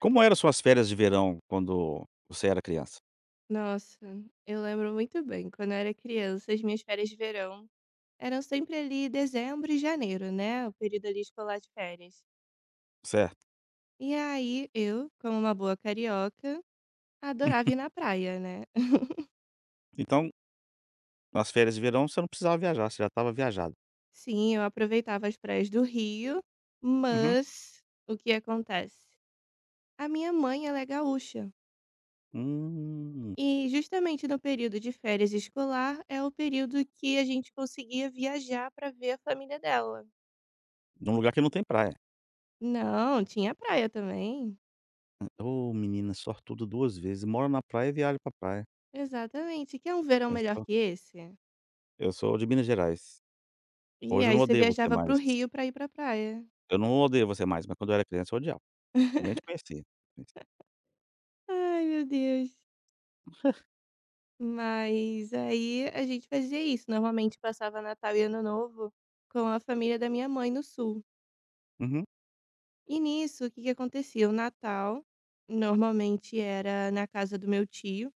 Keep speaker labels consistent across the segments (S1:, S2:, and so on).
S1: Como eram suas férias de verão quando você era criança,
S2: Nossa, eu lembro muito bem. Quando eu era criança, as minhas férias de verão eram sempre ali dezembro e janeiro, né? O período ali escolar de férias.
S1: certo?
S2: E aí eu, como uma boa carioca, adorava ir na praia, né?
S1: Então, nas férias de verão você não precisava viajar, você já estava viajado.
S2: Sim, eu aproveitava as praias do Rio,
S1: Uhum.
S2: mas o que acontece? A minha mãe, ela é gaúcha.
S1: Hum,
S2: E justamente no período de férias escolar é o período que a gente conseguia viajar para ver a família dela.
S1: num lugar que não tem praia.
S2: Não, tinha praia também.
S1: Ô menina sortudo 2 vezes, mora na praia e viaja pra praia.
S2: Exatamente, quer um verão
S1: Eu
S2: melhor
S1: sou
S2: que esse?
S1: eu sou de Minas Gerais.
S2: E
S1: Hoje eu
S2: aí
S1: não
S2: você
S1: odeio você
S2: viajava para o
S1: mais.
S2: Rio para ir para praia.
S1: Eu não odeio você mais, mas quando eu era criança eu odiava, nem te conhecia.
S2: Ai, meu Deus. Mas aí a gente fazia isso, normalmente passava Natal e Ano Novo com a família da minha mãe no sul.
S1: Uhum,
S2: E nisso, o que que acontecia? O Natal normalmente era na casa do meu tio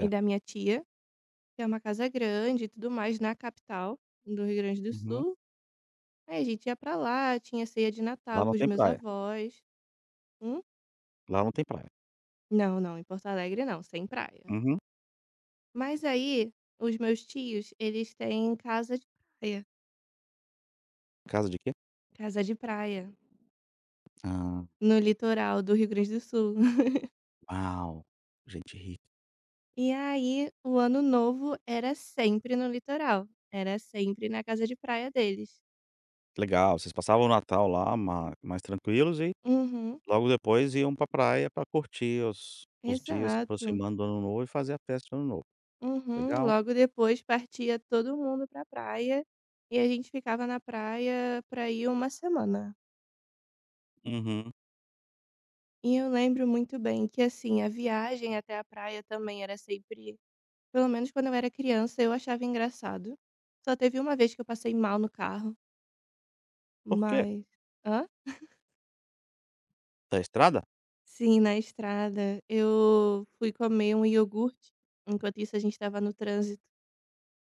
S2: e da minha tia, que é uma casa grande e tudo mais na capital do Rio Grande do
S1: Uhum.
S2: Sul. Aí a gente ia para lá, tinha ceia de
S1: Lá
S2: Natal
S1: não
S2: com os
S1: tem
S2: meus
S1: praia,
S2: avós. Hum.
S1: lá não tem praia.
S2: Não, não, em Porto Alegre não, sem praia.
S1: Uhum.
S2: Mas aí, os meus tios, eles têm praia,
S1: Casa de quê?
S2: casa de praia,
S1: Ah,
S2: no litoral do Rio Grande do Sul.
S1: uau, gente rica.
S2: E aí, o ano novo era sempre no litoral, era sempre na casa de praia deles.
S1: Legal, vocês passavam o Natal lá ma mais tranquilos e
S2: Uhum,
S1: logo depois iam pra praia pra curtir os dias se
S2: exato.
S1: aproximando do Ano Novo e fazer a festa do Ano Novo.
S2: Uhum,
S1: Legal.
S2: logo depois partia todo mundo pra praia e a gente ficava na praia pra ir uma semana.
S1: Uhum.
S2: E eu lembro muito bem que, assim, a viagem até a praia também era sempre. Pelo menos quando eu era criança, eu achava engraçado. Só teve uma vez que eu passei mal no carro,
S1: Por quê?
S2: mas hã?
S1: Da estrada?
S2: Sim, na estrada. Eu fui comer um iogurte, enquanto isso a gente estava no trânsito.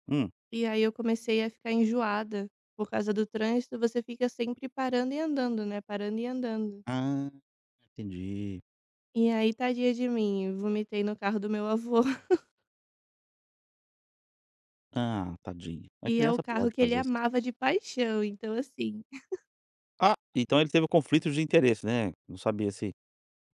S1: Hum.
S2: E aí eu comecei a ficar enjoada por causa do trânsito, você fica sempre parando e andando, né, parando e andando.
S1: Ah, entendi.
S2: E aí, tadinha de mim, vomitei no carro do meu avô,
S1: Ah, tadinho. A
S2: e é o
S1: criança
S2: carro
S1: pode
S2: que ele
S1: fazer isso.
S2: amava de paixão, então assim.
S1: Ah, então ele teve conflito de interesse, né. Não sabia se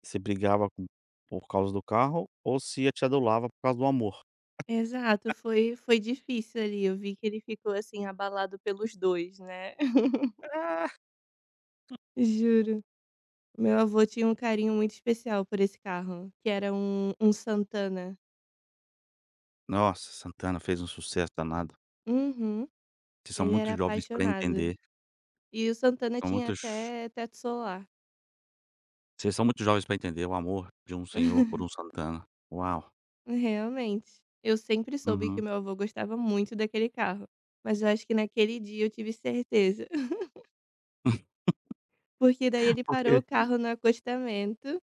S1: se brigava com por causa do carro ou se a te adulava por causa do amor.
S2: Exato, foi difícil ali, eu vi que ele ficou, assim, abalado pelos 2, né.
S1: Ah!
S2: Juro. Meu avô tinha um carinho muito especial por esse carro, que era um Santana.
S1: Nossa, Santana fez um sucesso danado.
S2: Uhum.
S1: Vocês são
S2: Ele era
S1: muito jovens pra
S2: apaixonado.
S1: entender,
S2: E o Santana
S1: são
S2: tinha
S1: muitos
S2: até teto solar.
S1: Vocês são muito jovens pra entender o amor de um senhor por um Santana. Uau!
S2: Realmente. Eu sempre soube que
S1: Uhum.
S2: meu avô gostava muito daquele carro, mas eu acho que naquele dia eu tive certeza, porque daí ele parou o
S1: Porque
S2: carro no acostamento,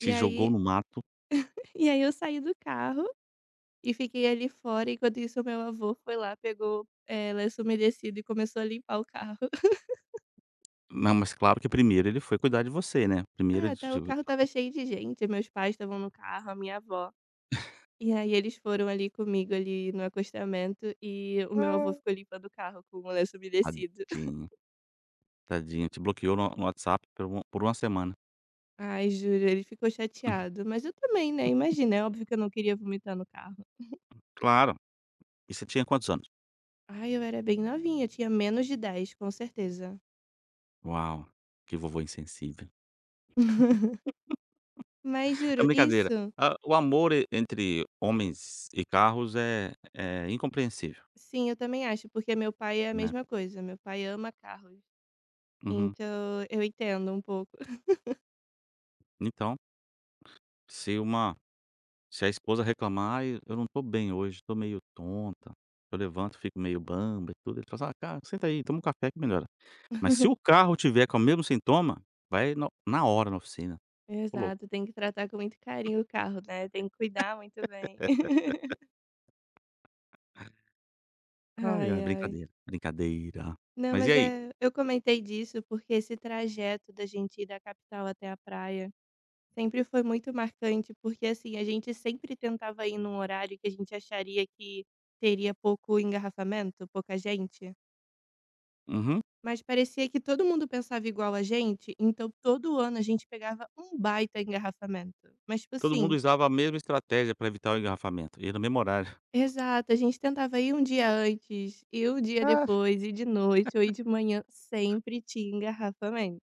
S2: e
S1: jogou
S2: aí
S1: no mato.
S2: e aí eu saí do carro. E fiquei ali fora, enquanto isso o meu avô foi lá, pegou, lenço umedecido e começou a limpar o carro.
S1: Não, mas claro que primeiro ele foi cuidar de você, né. Primeiro
S2: Ah,
S1: ele te.
S2: tá, o carro estava cheio de gente, meus pais estavam no carro, a minha avó. E aí eles foram ali comigo, ali no acostamento, e o
S1: Hã.
S2: meu avô ficou limpando o carro com o lenço umedecido.
S1: Tadinho, tadinho, te bloqueou no WhatsApp por uma semana.
S2: Ai, juro, ele ficou chateado, mas eu também, né, imagina, é óbvio que eu não queria vomitar no carro.
S1: Claro. E você tinha quantos anos?
S2: Ai, eu era bem novinha, eu tinha menos de 10 com certeza.
S1: Uau, que vovô insensível.
S2: Mas
S1: É
S2: juro,
S1: brincadeira.
S2: isso.
S1: Ah, o amor e entre homens e carros é incompreensível,
S2: Sim, eu também acho, porque meu pai é a
S1: né.
S2: mesma coisa, meu pai ama carros.
S1: Uhum.
S2: Então, eu entendo um pouco.
S1: Então, se uma Se a esposa reclamar: "Ai, eu não estou bem hoje, estou meio tonta, eu levanto, fico meio bamba e tudo", ele fala assim: "Ah, cara, senta aí, toma um café que melhora". Mas se o carro tiver com o mesmo sintoma, vai no na hora na oficina. Ô louco.
S2: Exato, tem que tratar com muito carinho o carro, né, tem que cuidar muito bem.
S1: Ai,
S2: Ai,
S1: ai,
S2: ai.
S1: brincadeira, brincadeira.
S2: Não,
S1: Mas e
S2: mas
S1: aí?
S2: é, eu comentei disso, porque esse trajeto da gente ir da capital até a praia sempre foi muito marcante, porque, assim, a gente sempre tentava ir num horário que a gente acharia que teria pouco engarrafamento, pouca gente.
S1: Uhum. Uhum.
S2: Mas parecia que todo mundo pensava igual a gente, então todo ano a gente pegava um baita engarrafamento. Mas tipo
S1: Todo mundo
S2: assim,
S1: usava a mesma estratégia para evitar o engarrafamento, e no mesmo horário.
S2: exato, a gente tentava ir um dia antes, e um dia
S1: Ah.
S2: depois, e de noite, ou ir de manhã, sempre tinha engarrafamento.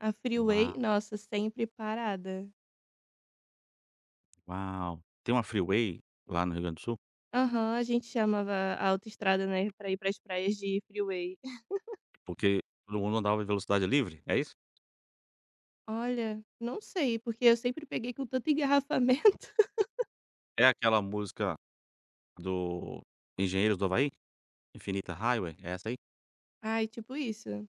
S2: A freeway,
S1: Uau,
S2: nossa, sempre parada.
S1: uau. Tem uma freeway lá no Rio Grande do Sul,
S2: Aham, a gente chamava a autoestrada, né, pra ir para as praias de freeway.
S1: porque todo mundo andava em velocidade livre, é isso?
S2: Olha, não sei, porque eu sempre peguei com tanto engarrafamento.
S1: É aquela música do Engenheiros do Havaí? Infinita Highway, é essa aí?
S2: Ai, tipo isso.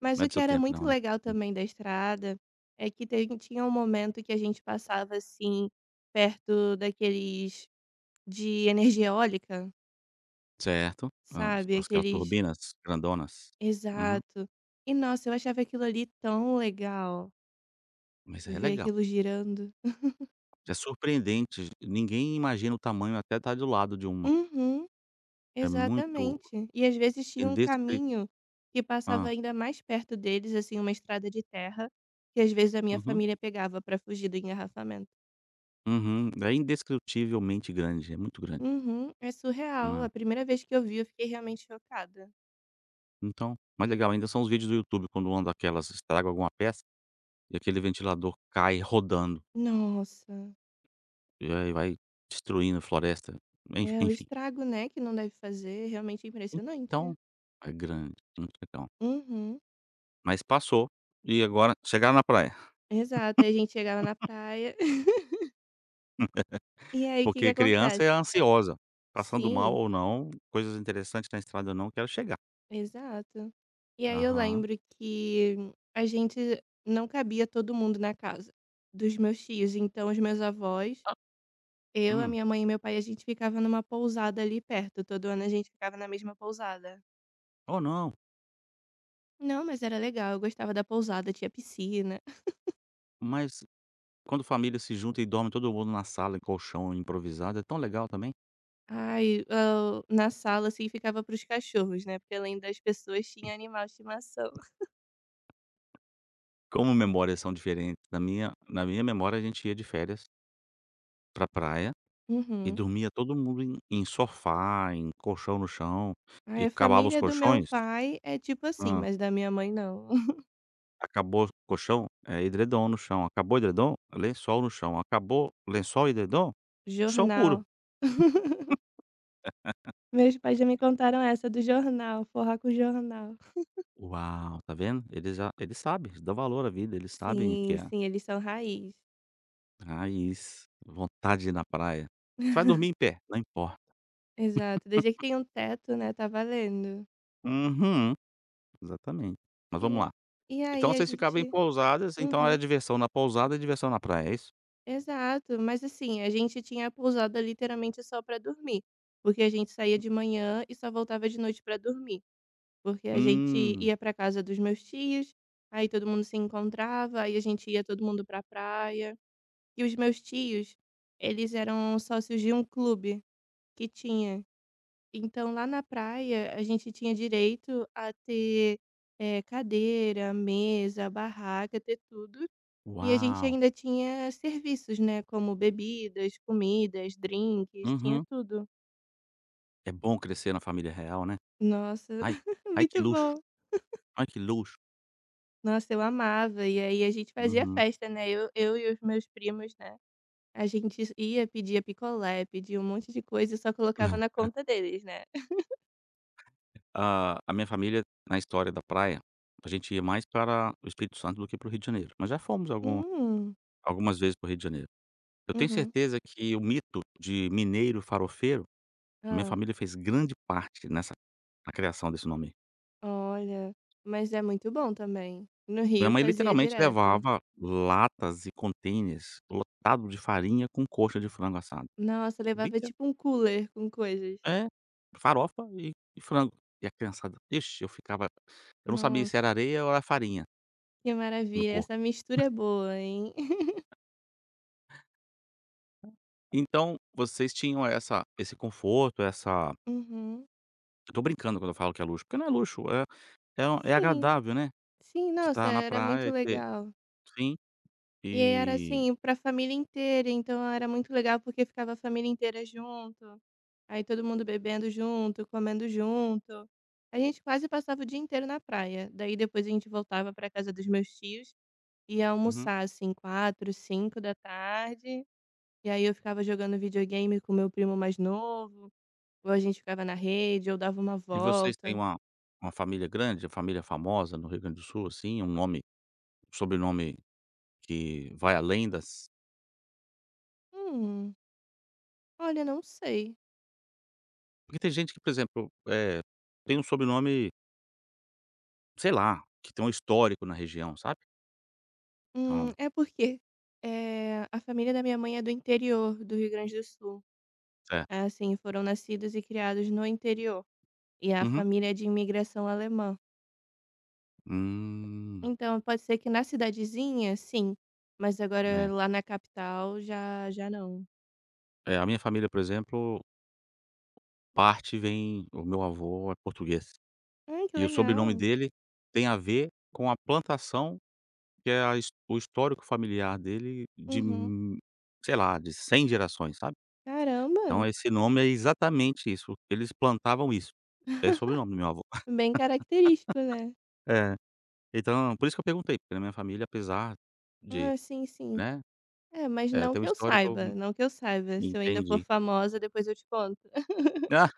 S2: Mas
S1: Não é
S2: o
S1: do
S2: que
S1: seu
S2: era
S1: tempo
S2: muito
S1: não, né?
S2: legal
S1: Uhum.
S2: também da estrada, é que tem tinha um momento que a gente passava, assim, perto daqueles de energia eólica,
S1: Certo.
S2: sabe,
S1: As aquelas
S2: aqueles,
S1: turbinas grandonas. Uhum.
S2: exato. E nossa, eu achava aquilo ali tão legal,
S1: Mas é
S2: ver
S1: legal.
S2: aquilo girando.
S1: É surpreendente, ninguém imagina o tamanho até estar do lado de uma.
S2: Uhum,
S1: É muito
S2: exatamente. E às vezes tinha um
S1: indescri
S2: caminho que passava
S1: hã.
S2: ainda mais perto deles, assim, uma estrada de terra, que às vezes a minha
S1: Uhum.
S2: família pegava para fugir do engarrafamento.
S1: Uhum. É indescritivelmente grande, é muito grande,
S2: Uhum, é
S1: não
S2: surreal. A
S1: é.
S2: primeira vez que eu vi, eu fiquei realmente chocada.
S1: Então mais legal ainda são os vídeos do YouTube quando uma daquelas estraga alguma peça, e aquele ventilador cai rodando,
S2: Nossa,
S1: e aí vai destruindo a floresta, en
S2: é o
S1: enfim.
S2: estrago, né, que não deve fazer, realmente é
S1: Então,
S2: impressionante.
S1: é grande, muito legal.
S2: Uhum,
S1: Mas passou, e agora chegaram na praia,
S2: exato. Aí a gente chegava na praia. E aí, o que que
S1: porque criança é
S2: acontece?
S1: ansiosa, passando mal
S2: Sim,
S1: ou não, coisas interessantes na estrada ou não, quero chegar.
S2: exato. E aí eu
S1: Aham.
S2: lembro que a gente não cabia todo mundo na casa dos meus tios, então os meus avós,
S1: Ah,
S2: eu, a
S1: Hum.
S2: minha mãe e meu pai, a gente ficava numa pousada ali perto. Todo ano a gente ficava na mesma pousada.
S1: "Oh não,
S2: Não, mas era legal, eu gostava da pousada, tinha piscina.
S1: mas." Quando família se junta e dorme todo mundo na sala, em colchão improvisado, é tão legal também.
S2: Ai, hã, na sala, assim, ficava para os cachorros, né, porque além das pessoas tinha animal de estimação.
S1: Como memórias são diferentes, na minha memória a gente ia de férias pra praia e
S2: Uhum.
S1: dormia todo mundo em sofá, em colchão no chão, e
S2: Ai, a
S1: acabava os
S2: família do meu
S1: colchões
S2: pai é tipo assim,
S1: hã,
S2: mas da minha mãe não.
S1: acabou o colchão, é edredom no chão, acabou o edredom, lençol no chão, acabou lençol e edredom, chão puro.
S2: Jornal. Meus pais já me contaram essa do jornal, forrar com jornal.
S1: Uau, tá vendo? Eles sabem, eles dão valor à vida, eles sabem o que
S2: Sim,
S1: é
S2: sim, eles são raiz.
S1: raiz, vontade de ir na praia. Você vai dormir em pé, não importa.
S2: Exato, desde que tem um teto, né, tá valendo.
S1: Uhum, exatamente. Mas vamos lá.
S2: E e aí
S1: Então
S2: a
S1: vocês ficavam em
S2: gente
S1: pousadas, então era
S2: uhum.
S1: diversão na pousada e diversão na praia, é isso?
S2: Exato, mas assim, a gente tinha a pousada literalmente só para dormir, porque a gente saía de manhã e só voltava de noite para dormir, porque a gente
S1: Hum,
S2: ia para casa dos meus tios, aí todo mundo se encontrava, aí a gente ia todo mundo pra praia. E os meus tios, eles eram sócios de um clube que tinha. Então lá na praia a gente tinha direito a ter cadeira, mesa, barraca, ter tudo. E a gente
S1: uau!
S2: ainda tinha serviços, né, como bebidas, comidas, drinks, tinha
S1: Uhum.
S2: tudo.
S1: É bom crescer na família real, né.
S2: Nossa,
S1: Ai, ai que
S2: muito
S1: luxo,
S2: bom.
S1: ai que luxo.
S2: Nossa, eu amava. E aí a gente fazia
S1: Uhum.
S2: festa, né, eu e os meus primos, né. A gente ia, pedia picolé, pedia um monte de coisa e só colocava na conta deles, né.
S1: A minha família, na história da praia, a gente ia mais para o Espírito Santo do que para o Rio de Janeiro, mas já fomos algum
S2: Hum.
S1: algumas vezes para o Rio de Janeiro. Eu tenho
S2: Uhum.
S1: certeza que o mito de mineiro farofeiro, minha
S2: Ah.
S1: família fez grande parte nessa na criação desse nome.
S2: Olha, mas é muito bom também. No
S1: Minha
S2: Rio
S1: mãe
S2: fazia
S1: literalmente
S2: direto.
S1: levava latas e containers lotado de farinha com coxa de frango assado.
S2: Nossa, levava
S1: Lite
S2: tipo um cooler com coisas.
S1: é, farofa e frango. E a criançada ixi, eu não sabia se
S2: Nossa.
S1: era areia ou era farinha
S2: Que
S1: no
S2: maravilha,
S1: corpo.
S2: essa mistura é boa, hein.
S1: Então, vocês tinham essa esse conforto, essa
S2: Uhum.
S1: eu tô brincando quando eu falo que é luxo, porque não é luxo, é
S2: Sim,
S1: agradável, né,
S2: sim,
S1: você
S2: nossa,
S1: tá na
S2: era
S1: praia
S2: muito
S1: e ter
S2: legal.
S1: sim,
S2: E aí era,
S1: e
S2: assim, pra família inteira, então era muito legal porque ficava a família inteira junto, aí todo mundo bebendo junto, comendo junto. A gente quase passava o dia inteiro na praia, daí depois a gente voltava pra casa dos meus tios, ia
S1: uhum.
S2: almoçar, assim, quatro, cinco da tarde. E aí eu ficava jogando videogame com meu primo mais novo, ou a gente ficava na rede, ou dava uma
S1: E vocês têm
S2: volta.
S1: uma família grande, família famosa no Rio Grande do Sul, assim, um nome Sobrenome que vai além das
S2: Hum. Olha, não sei.
S1: porque tem gente que, por exemplo, tem um sobrenome, sei lá, que tem um histórico na região, sabe. Então
S2: É porque, a família da minha mãe é do interior do Rio Grande do Sul.
S1: é.
S2: É. Assim, foram nascidos e criados no interior, e a
S1: Uhum.
S2: família é de imigração alemã.
S1: Hum.
S2: Então pode ser que na cidadezinha, sim, mas
S1: É.
S2: agora lá na capital já já não.
S1: É, a minha família, por exemplo, parte vem o meu avô é português,
S2: Ai, que
S1: e o sobrenome
S2: legal.
S1: dele tem a ver com a plantação que é a his o histórico familiar dele de
S2: Uhum.
S1: m sei lá, de 100 gerações, sabe. Então
S2: Caramba.
S1: esse nome é exatamente isso, eles plantavam isso. É sobrenome do meu avô.
S2: Bem característico, né.
S1: É. Então, por isso que eu perguntei, porque na minha família, apesar de,
S2: Ah, sim, sim.
S1: né,
S2: É, mas não
S1: ter um
S2: que eu
S1: histórico.
S2: saiba, não que eu saiba. Se eu ainda for
S1: Entendi.
S2: famosa, depois eu te conto.
S1: Ah,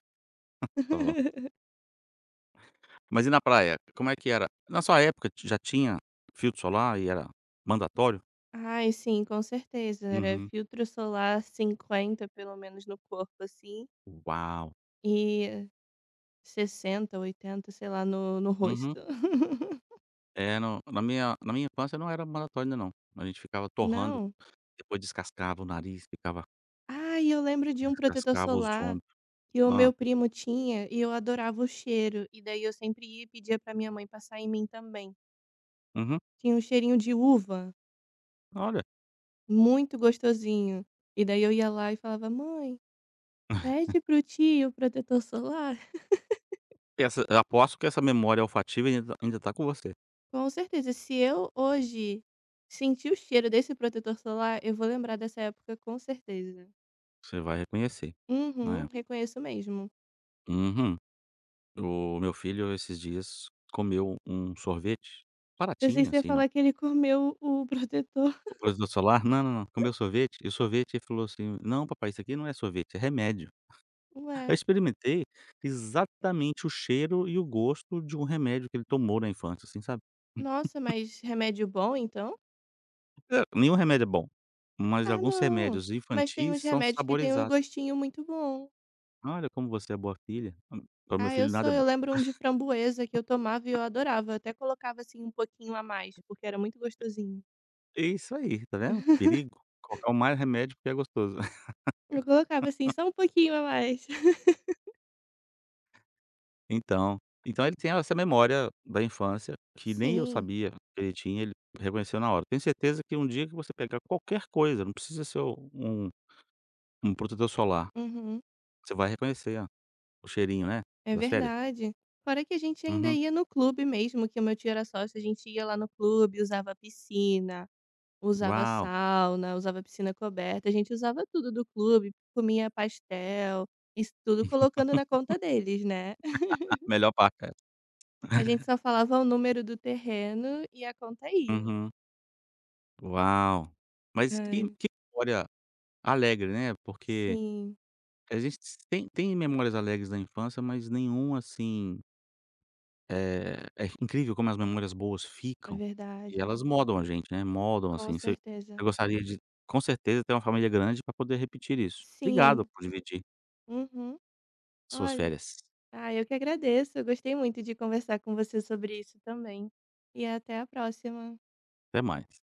S1: tá bom. Mas e na praia, como é que era? Na sua época ti já tinha filtro solar e era mandatório?
S2: Ai, sim, com certeza. Era
S1: Uhum.
S2: filtro solar 50 pelo menos no corpo, assim,
S1: Uau!
S2: e 60 80 sei lá, no
S1: Uhum.
S2: rosto.
S1: É, não, na minha infância não era mandatório ainda não. A gente ficava torrando,
S2: Não.
S1: depois descascava o nariz, ficava
S2: Ai, eu lembro de um protetor
S1: descascava os
S2: solar
S1: ombros.
S2: que o
S1: Hã.
S2: meu primo tinha e eu adorava o cheiro. E daí eu sempre ia e pedia pra minha mãe passar em mim também.
S1: Uhum.
S2: Tinha um cheirinho de uva,
S1: Olha,
S2: muito gostosinho. E daí eu ia lá e falava: mãe, pede pro tio protetor solar.
S1: essa eu aposto que essa memória olfativa ainda tá com você.
S2: Com certeza. Se eu hoje sentir o cheiro desse protetor solar, eu vou lembrar dessa época com certeza.
S1: Você vai reconhecer.
S2: Uhum,
S1: É.
S2: reconheço mesmo.
S1: Uhum. O meu filho esses dias comeu um sorvete,
S2: Pensei que
S1: baratinho
S2: você ia
S1: assim, não
S2: falar que ele comeu o protetor.
S1: o protetor solar não, não, não, comeu sorvete, e o sorvete ele falou assim: "Não papai, isso aqui não é sorvete, é remédio".
S2: Ué,
S1: Eu experimentei exatamente o cheiro e o gosto de um remédio que ele tomou na infância, assim, sabe.
S2: nossa, mas remédio bom então?
S1: É, nenhum remédio é bom, mas
S2: Ah,
S1: alguns
S2: não.
S1: remédios
S2: Mas tem
S1: infantis
S2: uns
S1: são
S2: remédios que tem um
S1: saborizados.
S2: gostinho muito bom.
S1: Olha como você é boa filha, para o meu
S2: Ah, eu
S1: filho nada
S2: sou,
S1: é
S2: eu
S1: bom.
S2: lembro um de framboesa que eu tomava e eu adorava. Eu até colocava assim um pouquinho a mais, porque era muito gostosinho.
S1: É isso aí, tá vendo? Perigo, colocar o mais remédio porque é gostoso.
S2: Eu colocava assim só um pouquinho a mais.
S1: Então então ele tem essa memória da infância, que nem eu
S2: Sim.
S1: sabia que ele tinha, ele reconheceu na hora. Tenho certeza que um dia que você pegar qualquer coisa, não precisa ser um protetor solar,
S2: Uhum.
S1: você vai reconhecer a o cheirinho, né,
S2: É
S1: das férias.
S2: verdade. Fora que a gente ainda
S1: Uhum.
S2: ia no clube mesmo, que o meu tio era sócio, a gente ia lá no clube, usava piscina, usava a
S1: Uau!
S2: sauna, usava piscina coberta, a gente usava tudo do clube, comia pastel, isso tudo colocando na conta deles, né?
S1: Melhor parte é essa.
S2: A gente só falava o número do terreno e a conta ia.
S1: Uhum. Uau! Mas
S2: Ai,
S1: que memória alegre, né, porque
S2: sim,
S1: a gente tem memórias alegres da infância, mas nenhuma assim. É incrível como as memórias boas
S2: é
S1: ficam e
S2: verdade.
S1: elas moldam a gente, né, moldam,
S2: Com
S1: assim, você eu
S2: certeza.
S1: gostaria de, com certeza, ter uma família grande para poder repetir isso. Obrigado
S2: Sim.
S1: por dividir
S2: Uhum.
S1: suas
S2: Olha.
S1: férias.
S2: Ah, eu que agradeço. Eu gostei muito de conversar com você sobre isso também. E até a próxima.
S1: Até mais.